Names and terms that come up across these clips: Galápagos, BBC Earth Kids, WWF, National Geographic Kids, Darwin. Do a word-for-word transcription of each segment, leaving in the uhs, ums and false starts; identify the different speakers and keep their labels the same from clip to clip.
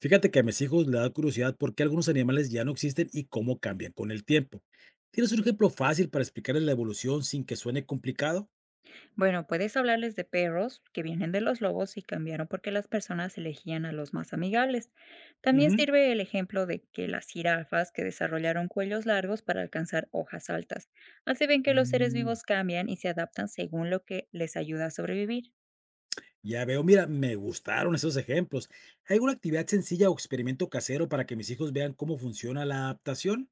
Speaker 1: Fíjate que a mis hijos le da curiosidad por qué algunos animales ya no existen y cómo cambian con el tiempo. ¿Tienes un ejemplo fácil para explicarles la evolución sin que suene complicado?
Speaker 2: Bueno, puedes hablarles de perros que vienen de los lobos y cambiaron porque las personas elegían a los más amigables. También
Speaker 1: Ujú.
Speaker 2: sirve el ejemplo de que las jirafas que desarrollaron cuellos largos para alcanzar hojas altas. Así ven que los seres
Speaker 1: Mm,
Speaker 2: vivos cambian y se adaptan según lo que les ayuda a sobrevivir.
Speaker 1: ya veo, mira, me gustaron esos ejemplos. ¿Hay alguna actividad sencilla o experimento casero para que mis hijos vean cómo funciona la adaptación?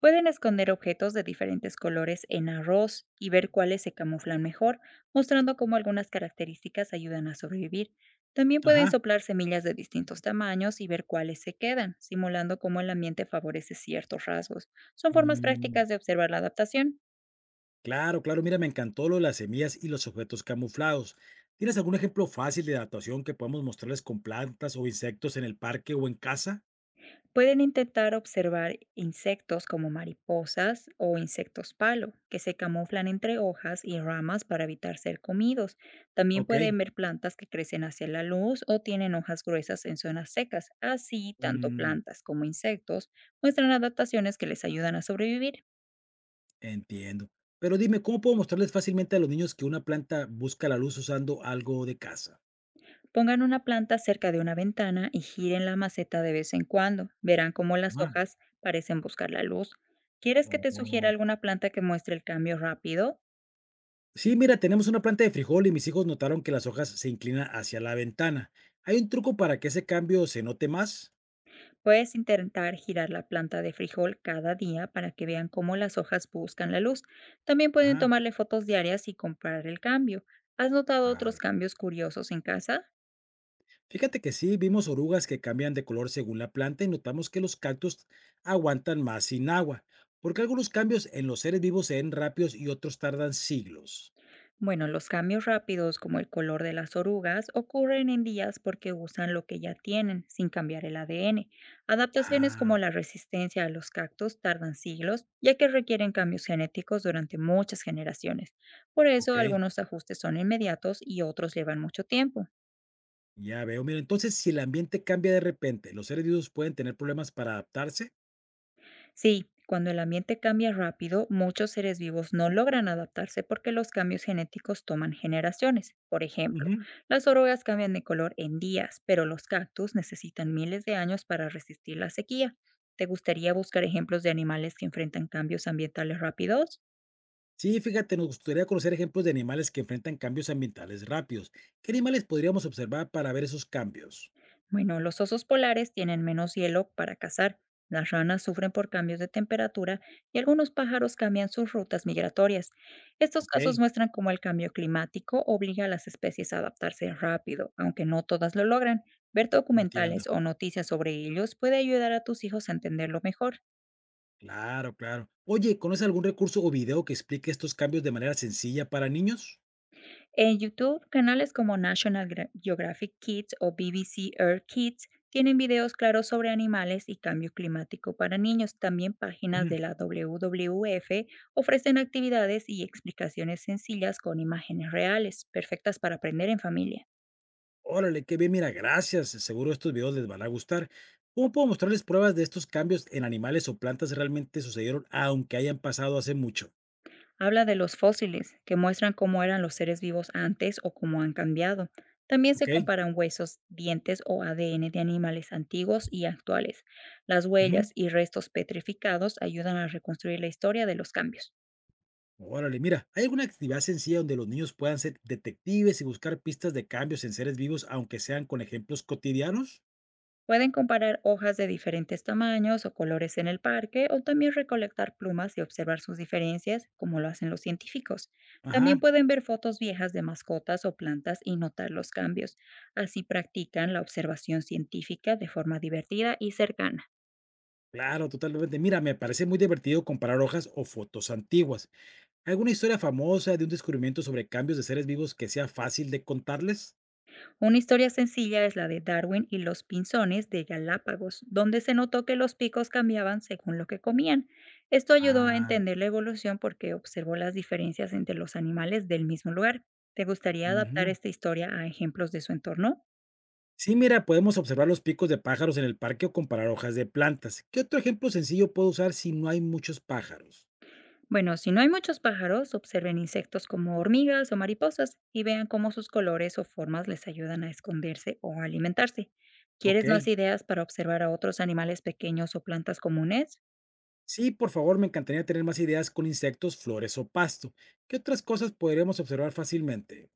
Speaker 2: Pueden esconder objetos de diferentes colores en arroz y ver cuáles se camuflan mejor, mostrando cómo algunas características ayudan a sobrevivir. También pueden
Speaker 1: Ajá.
Speaker 2: soplar semillas de distintos tamaños y ver cuáles se quedan, simulando cómo el ambiente favorece ciertos rasgos. Son formas
Speaker 1: Mm,
Speaker 2: prácticas de observar la adaptación.
Speaker 1: claro, claro, mira, me encantó lo de las semillas y los objetos camuflados. ¿Tienes algún ejemplo fácil de adaptación que podamos mostrarles con plantas o insectos en el parque o en casa?
Speaker 2: Pueden intentar observar insectos como mariposas o insectos palo, que se camuflan entre hojas y ramas para evitar ser comidos. También
Speaker 1: Ok.
Speaker 2: pueden ver plantas que crecen hacia la luz o tienen hojas gruesas en zonas secas. Así, tanto
Speaker 1: Mm,
Speaker 2: plantas como insectos muestran adaptaciones que les ayudan a sobrevivir.
Speaker 1: entiendo. Pero dime, ¿cómo puedo mostrarles fácilmente a los niños que una planta busca la luz usando algo de casa?
Speaker 2: Pongan una planta cerca de una ventana y giren la maceta de vez en cuando. Verán cómo las
Speaker 1: Ah.
Speaker 2: hojas parecen buscar la luz. ¿Quieres que te sugiera
Speaker 1: Oh.
Speaker 2: alguna planta que muestre el cambio rápido?
Speaker 1: Sí, mira, tenemos una planta de frijol y mis hijos notaron que las hojas se inclinan hacia la ventana. ¿Hay un truco para que ese cambio se note más?
Speaker 2: Puedes intentar girar la planta de frijol cada día para que vean cómo las hojas buscan la luz. También pueden
Speaker 1: Ajá.
Speaker 2: tomarle fotos diarias y comparar el cambio. ¿Has notado otros
Speaker 1: Claro.
Speaker 2: cambios curiosos en casa?
Speaker 1: Fíjate que sí, vimos orugas que cambian de color según la planta y notamos que los cactus aguantan más sin agua, porque algunos cambios en los seres vivos se ven rápidos y otros tardan siglos.
Speaker 2: Bueno, los cambios rápidos como el color de las orugas ocurren en días porque usan lo que ya tienen sin cambiar el A D N. Adaptaciones
Speaker 1: Ah,
Speaker 2: como la resistencia a los cactus tardan siglos ya que requieren cambios genéticos durante muchas generaciones. Por
Speaker 1: ok.
Speaker 2: eso algunos ajustes son inmediatos y otros llevan mucho tiempo.
Speaker 1: Ya veo. Mira, entonces, si el ambiente cambia de repente, ¿los seres vivos pueden tener problemas para adaptarse?
Speaker 2: Sí, cuando el ambiente cambia rápido, muchos seres vivos no logran adaptarse porque los cambios genéticos toman generaciones. Por ejemplo,
Speaker 1: Ujú.
Speaker 2: las orugas cambian de color en días, pero los cactus necesitan miles de años para resistir la sequía. ¿Te gustaría buscar ejemplos de animales que enfrentan cambios ambientales rápidos?
Speaker 1: Sí, fíjate, nos gustaría conocer ejemplos de animales que enfrentan cambios ambientales rápidos. ¿Qué animales podríamos observar para ver esos cambios?
Speaker 2: Bueno, los osos polares tienen menos hielo para cazar, las ranas sufren por cambios de temperatura y algunos pájaros cambian sus rutas migratorias. Estos
Speaker 1: Ok,
Speaker 2: casos muestran cómo el cambio climático obliga a las especies a adaptarse rápido, aunque no todas lo logran. Ver
Speaker 1: entiendo.
Speaker 2: documentales o noticias sobre ellos puede ayudar a tus hijos a entenderlo mejor.
Speaker 1: Claro, claro. Oye, ¿conoces algún recurso o video que explique estos cambios de manera sencilla para niños?
Speaker 2: En YouTube, canales como National Gra- Geographic Kids o B B C Earth Kids tienen videos claros sobre animales y cambio climático para niños. También páginas
Speaker 1: Ujú.
Speaker 2: de la W W F ofrecen actividades y explicaciones sencillas con imágenes reales, perfectas para aprender en familia.
Speaker 1: Órale, qué bien, mira, gracias. Seguro estos videos les van a gustar. ¿Cómo puedo mostrarles pruebas de estos cambios en animales o plantas realmente sucedieron, aunque hayan pasado hace mucho?
Speaker 2: Habla de los fósiles, que muestran cómo eran los seres vivos antes o cómo han cambiado. También
Speaker 1: Ok.
Speaker 2: se comparan huesos, dientes o A D N de animales antiguos y actuales. Las
Speaker 1: Ujú.
Speaker 2: huellas y restos petrificados ayudan a reconstruir la historia de los cambios.
Speaker 1: Órale, mira, ¿hay alguna actividad sencilla donde los niños puedan ser detectives y buscar pistas de cambios en seres vivos, aunque sean con ejemplos cotidianos?
Speaker 2: Pueden comparar hojas de diferentes tamaños o colores en el parque o también recolectar plumas y observar sus diferencias, como lo hacen los científicos. También
Speaker 1: Ajá,
Speaker 2: pueden ver fotos viejas de mascotas o plantas y notar los cambios. Así practican la observación científica de forma divertida y cercana.
Speaker 1: claro, totalmente. Mira, me parece muy divertido comparar hojas o fotos antiguas. ¿Alguna historia famosa de un descubrimiento sobre cambios de seres vivos que sea fácil de contarles?
Speaker 2: Una historia sencilla es la de Darwin y los pinzones de Galápagos, donde se notó que los picos cambiaban según lo que comían. Esto ayudó a
Speaker 1: Ah,
Speaker 2: entender la evolución porque observó las diferencias entre los animales del mismo lugar. ¿Te gustaría adaptar
Speaker 1: ujú.
Speaker 2: esta historia a ejemplos de su entorno?
Speaker 1: Sí, mira, podemos observar los picos de pájaros en el parque o comparar hojas de plantas. ¿Qué otro ejemplo sencillo puedo usar si no hay muchos pájaros?
Speaker 2: Bueno, si no hay muchos pájaros, observen insectos como hormigas o mariposas y vean cómo sus colores o formas les ayudan a esconderse o alimentarse.
Speaker 1: Ok.
Speaker 2: ¿Quieres más ideas para observar a otros animales pequeños o plantas comunes?
Speaker 1: Sí, por favor, me encantaría tener más ideas con insectos, flores o pasto. ¿Qué otras cosas podríamos observar fácilmente?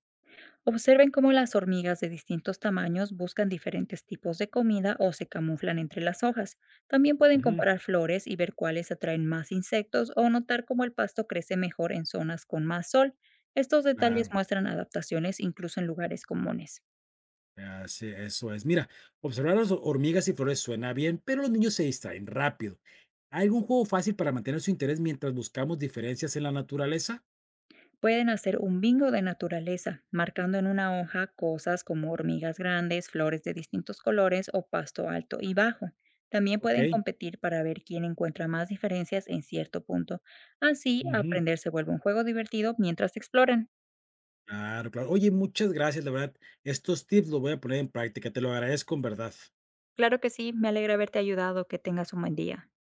Speaker 2: Observen cómo las hormigas de distintos tamaños buscan diferentes tipos de comida o se camuflan entre las hojas. También pueden
Speaker 1: Ujú,
Speaker 2: comparar flores y ver cuáles atraen más insectos o notar cómo el pasto crece mejor en zonas con más sol. Estos detalles
Speaker 1: claro,
Speaker 2: muestran adaptaciones incluso en lugares comunes.
Speaker 1: ya sé, eso es. Mira, observar las hormigas y flores suena bien, pero los niños se distraen rápido. ¿Hay algún juego fácil para mantener su interés mientras buscamos diferencias en la naturaleza?
Speaker 2: Pueden hacer un bingo de naturaleza, marcando en una hoja cosas como hormigas grandes, flores de distintos colores o pasto alto y bajo. También
Speaker 1: Ok.
Speaker 2: pueden competir para ver quién encuentra más diferencias en cierto punto. Así,
Speaker 1: Ujú,
Speaker 2: aprender se vuelve un juego divertido mientras exploran.
Speaker 1: claro, claro. Oye, muchas gracias, la verdad. Estos tips los voy a poner en práctica. Te lo agradezco en verdad.
Speaker 2: Claro que sí, me alegra haberte ayudado. Que tengas un buen día.